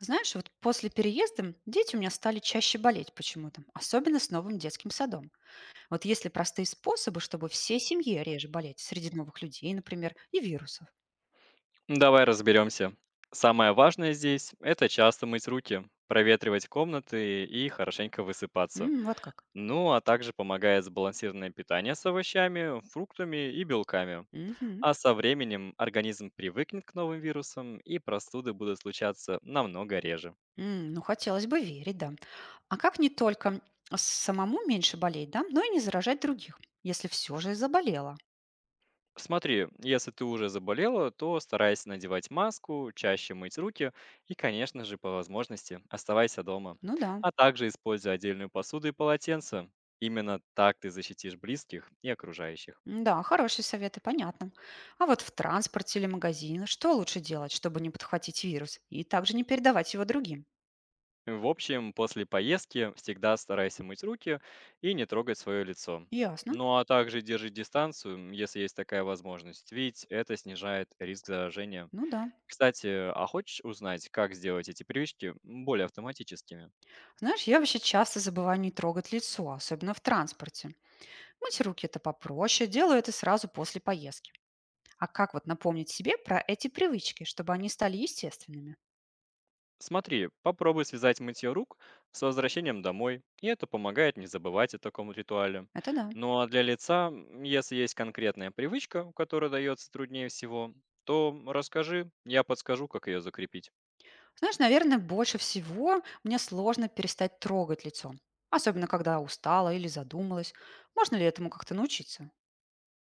Знаешь, вот после переезда дети у меня стали чаще болеть почему-то, особенно с новым детским садом. Вот есть ли простые способы, чтобы всей семье реже болеть среди новых людей, например, и вирусов? Давай разберемся. Самое важное здесь– это часто мыть руки, проветривать комнаты и хорошенько высыпаться. Вот как. Ну, а также помогает сбалансированное питание с овощами, фруктами и белками. Мгм. А со временем организм привыкнет к новым вирусам, и простуды будут случаться намного реже. Ну, хотелось бы верить, да. А как не только самому меньше болеть, да, но и не заражать других, если все же заболела? Смотри, если ты уже заболела, то старайся надевать маску, чаще мыть руки и, конечно же, по возможности оставайся дома. Ну да. А также используй отдельную посуду и полотенце. Именно так ты защитишь близких и окружающих. Да, хорошие советы, понятно. А вот в транспорте или магазине что лучше делать, чтобы не подхватить вирус и также не передавать его другим? В общем, после поездки всегда старайся мыть руки и не трогать свое лицо. Ясно. Ну а также держи дистанцию, если есть такая возможность, ведь это снижает риск заражения. Ну да. Кстати, а хочешь узнать, как сделать эти привычки более автоматическими? Знаешь, я вообще часто забываю не трогать лицо, особенно в транспорте. Мыть руки это попроще, делаю это сразу после поездки. А как вот напомнить себе про эти привычки, чтобы они стали естественными? Смотри, попробуй связать мытье рук с возвращением домой, и это помогает не забывать о таком ритуале. Это да. Ну а для лица, если есть конкретная привычка, которая дается труднее всего, то расскажи, я подскажу, как ее закрепить. Знаешь, наверное, больше всего мне сложно перестать трогать лицо. Особенно, когда устала или задумалась. Можно ли этому как-то научиться?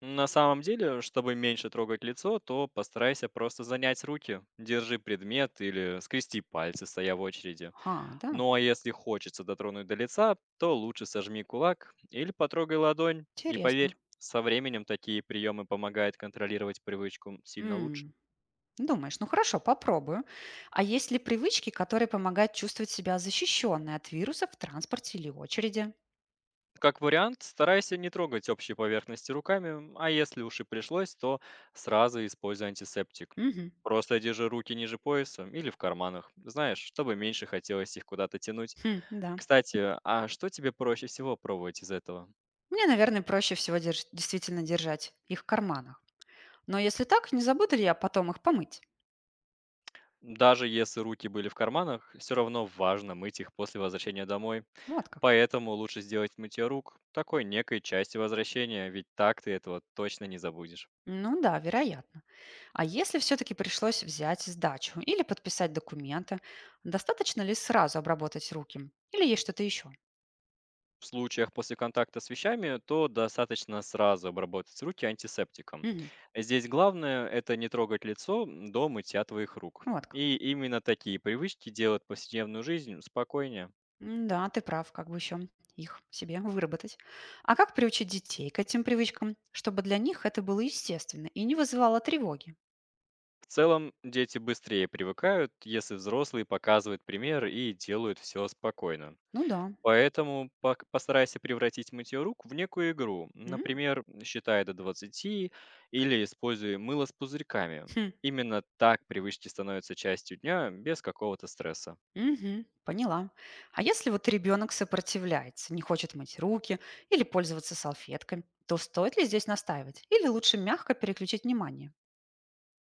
На самом деле, чтобы меньше трогать лицо, то постарайся просто занять руки, держи предмет или скрести пальцы, стоя в очереди. А, да, Ну а если хочется дотронуть до лица, то лучше сожми кулак или потрогай ладонь. И поверь, интересно. со временем такие приемы помогают контролировать привычку сильно лучше. М. Думаешь, ну хорошо, попробую. А есть ли привычки, которые помогают чувствовать себя защищенной от вирусов в транспорте или очереди? Как вариант, старайся не трогать общие поверхности руками, а если уж и пришлось, то сразу используй антисептик. Мгм. Просто держи руки ниже пояса или в карманах, знаешь, чтобы меньше хотелось их куда-то тянуть. Хм, да. Кстати, а что тебе проще всего пробовать из этого? Мне, наверное, проще всего действительно держать их в карманах. Но если так, не забуду ли я потом их помыть? Даже если руки были в карманах, все равно важно мыть их после возвращения домой. Вот как. Поэтому лучше сделать мытье рук такой некой части возвращения, ведь так ты этого точно не забудешь. Ну да, вероятно. А если все-таки пришлось взять сдачу или подписать документы, достаточно ли сразу обработать руки? Или есть что-то еще? В случаях после контакта с вещами, то достаточно сразу обработать руки антисептиком. Здесь главное– это не трогать лицо до мытья твоих рук. Вот как. И именно такие привычки делают повседневную жизнь спокойнее. Да, ты прав, как бы еще их себе выработать. А как приучить детей к этим привычкам, чтобы для них это было естественно и не вызывало тревоги? В целом, дети быстрее привыкают, если взрослые показывают пример и делают все спокойно. Ну да. Поэтому пок постарайся превратить мытье рук в некую игру. М, Например, считай до двадцати или используй мыло с пузырьками. хм, Именно так привычки становятся частью дня без какого-то стресса. мгм, поняла. А если вот ребенок сопротивляется, не хочет мыть руки или пользоваться салфетками, то стоит ли здесь настаивать? Или лучше мягко переключить внимание?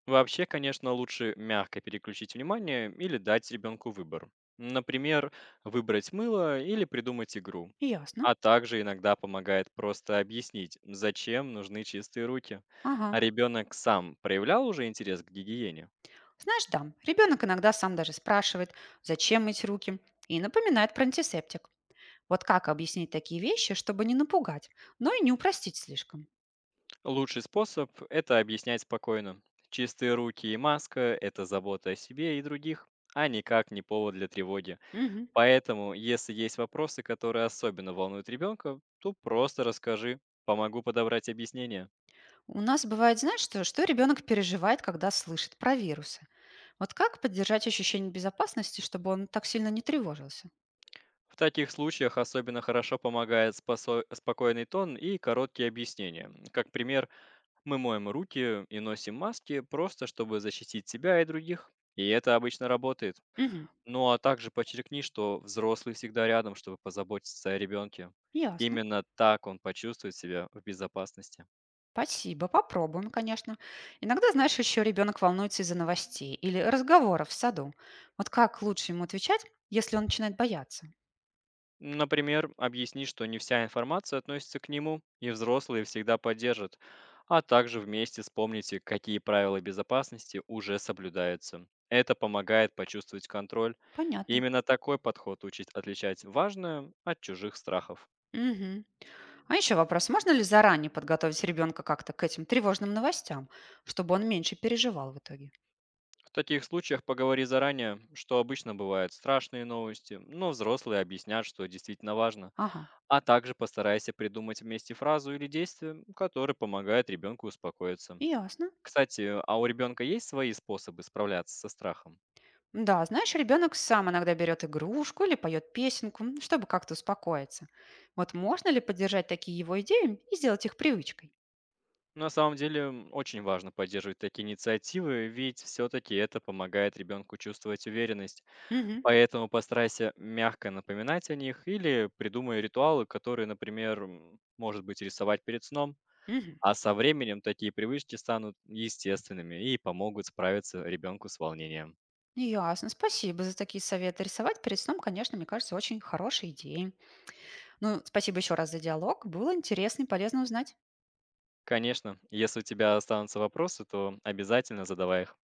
Вообще, конечно, лучше мягко переключить внимание или дать ребенку выбор. Например, выбрать мыло или придумать игру. Ясно. А также иногда помогает просто объяснить, зачем нужны чистые руки. Ага. А ребенок сам проявлял уже интерес к гигиене? Знаешь, да, ребенок иногда сам даже спрашивает, зачем мыть руки, и напоминает про антисептик. Вот как объяснить такие вещи, чтобы не напугать, но и не упростить слишком? Лучший способ– это объяснять спокойно. Чистые руки и маска– это забота о себе и других, а никак не повод для тревоги. Мгм. Поэтому, если есть вопросы, которые особенно волнуют ребенка, то просто расскажи, помогу подобрать объяснение. У нас бывает, знаешь, что ребенок переживает, когда слышит про вирусы. Вот как поддержать ощущение безопасности, чтобы он так сильно не тревожился? В таких случаях особенно хорошо помогает спокойный тон и короткие объяснения. Как пример, мы моем руки и носим маски просто, чтобы защитить себя и других. И это обычно работает. Мгм. Ну, а также подчеркни, что взрослый всегда рядом, чтобы позаботиться о ребенке. Ясно. Именно так он почувствует себя в безопасности. Спасибо, попробуем, конечно. Иногда, знаешь, еще ребенок волнуется из-за новостей или разговоров в саду. Вот как лучше ему отвечать, если он начинает бояться? Например, объясни, что не вся информация относится к нему, и взрослые всегда поддержат. А также вместе вспомните, какие правила безопасности уже соблюдаются. Это помогает почувствовать контроль. Понятно. Именно такой подход учит отличать важное от чужих страхов. Мгм. А еще вопрос, можно ли заранее подготовить ребенка как-то к этим тревожным новостям, чтобы он меньше переживал в итоге? В таких случаях поговори заранее, что обычно бывают страшные новости, но взрослые объяснят, что действительно важно. Ага, А также постарайся придумать вместе фразу или действие, которое помогает ребенку успокоиться. ясно. Кстати, а у ребенка есть свои способы справляться со страхом? Да, знаешь, ребенок сам иногда берет игрушку или поет песенку, чтобы как-то успокоиться. Вот можно ли поддержать такие его идеи и сделать их привычкой? На самом деле очень важно поддерживать такие инициативы, ведь все-таки это помогает ребенку чувствовать уверенность. Угу, Поэтому постарайся мягко напоминать о них или придумай ритуалы, которые, например, может быть, рисовать перед сном. угу. А со временем такие привычки станут естественными и помогут справиться ребенку с волнением. Ясно, спасибо за такие советы. Рисовать перед сном, конечно, мне кажется, очень хорошей идеей. Ну, спасибо еще раз за диалог. Было интересно и полезно узнать. Конечно, если у тебя останутся вопросы, то обязательно задавай их.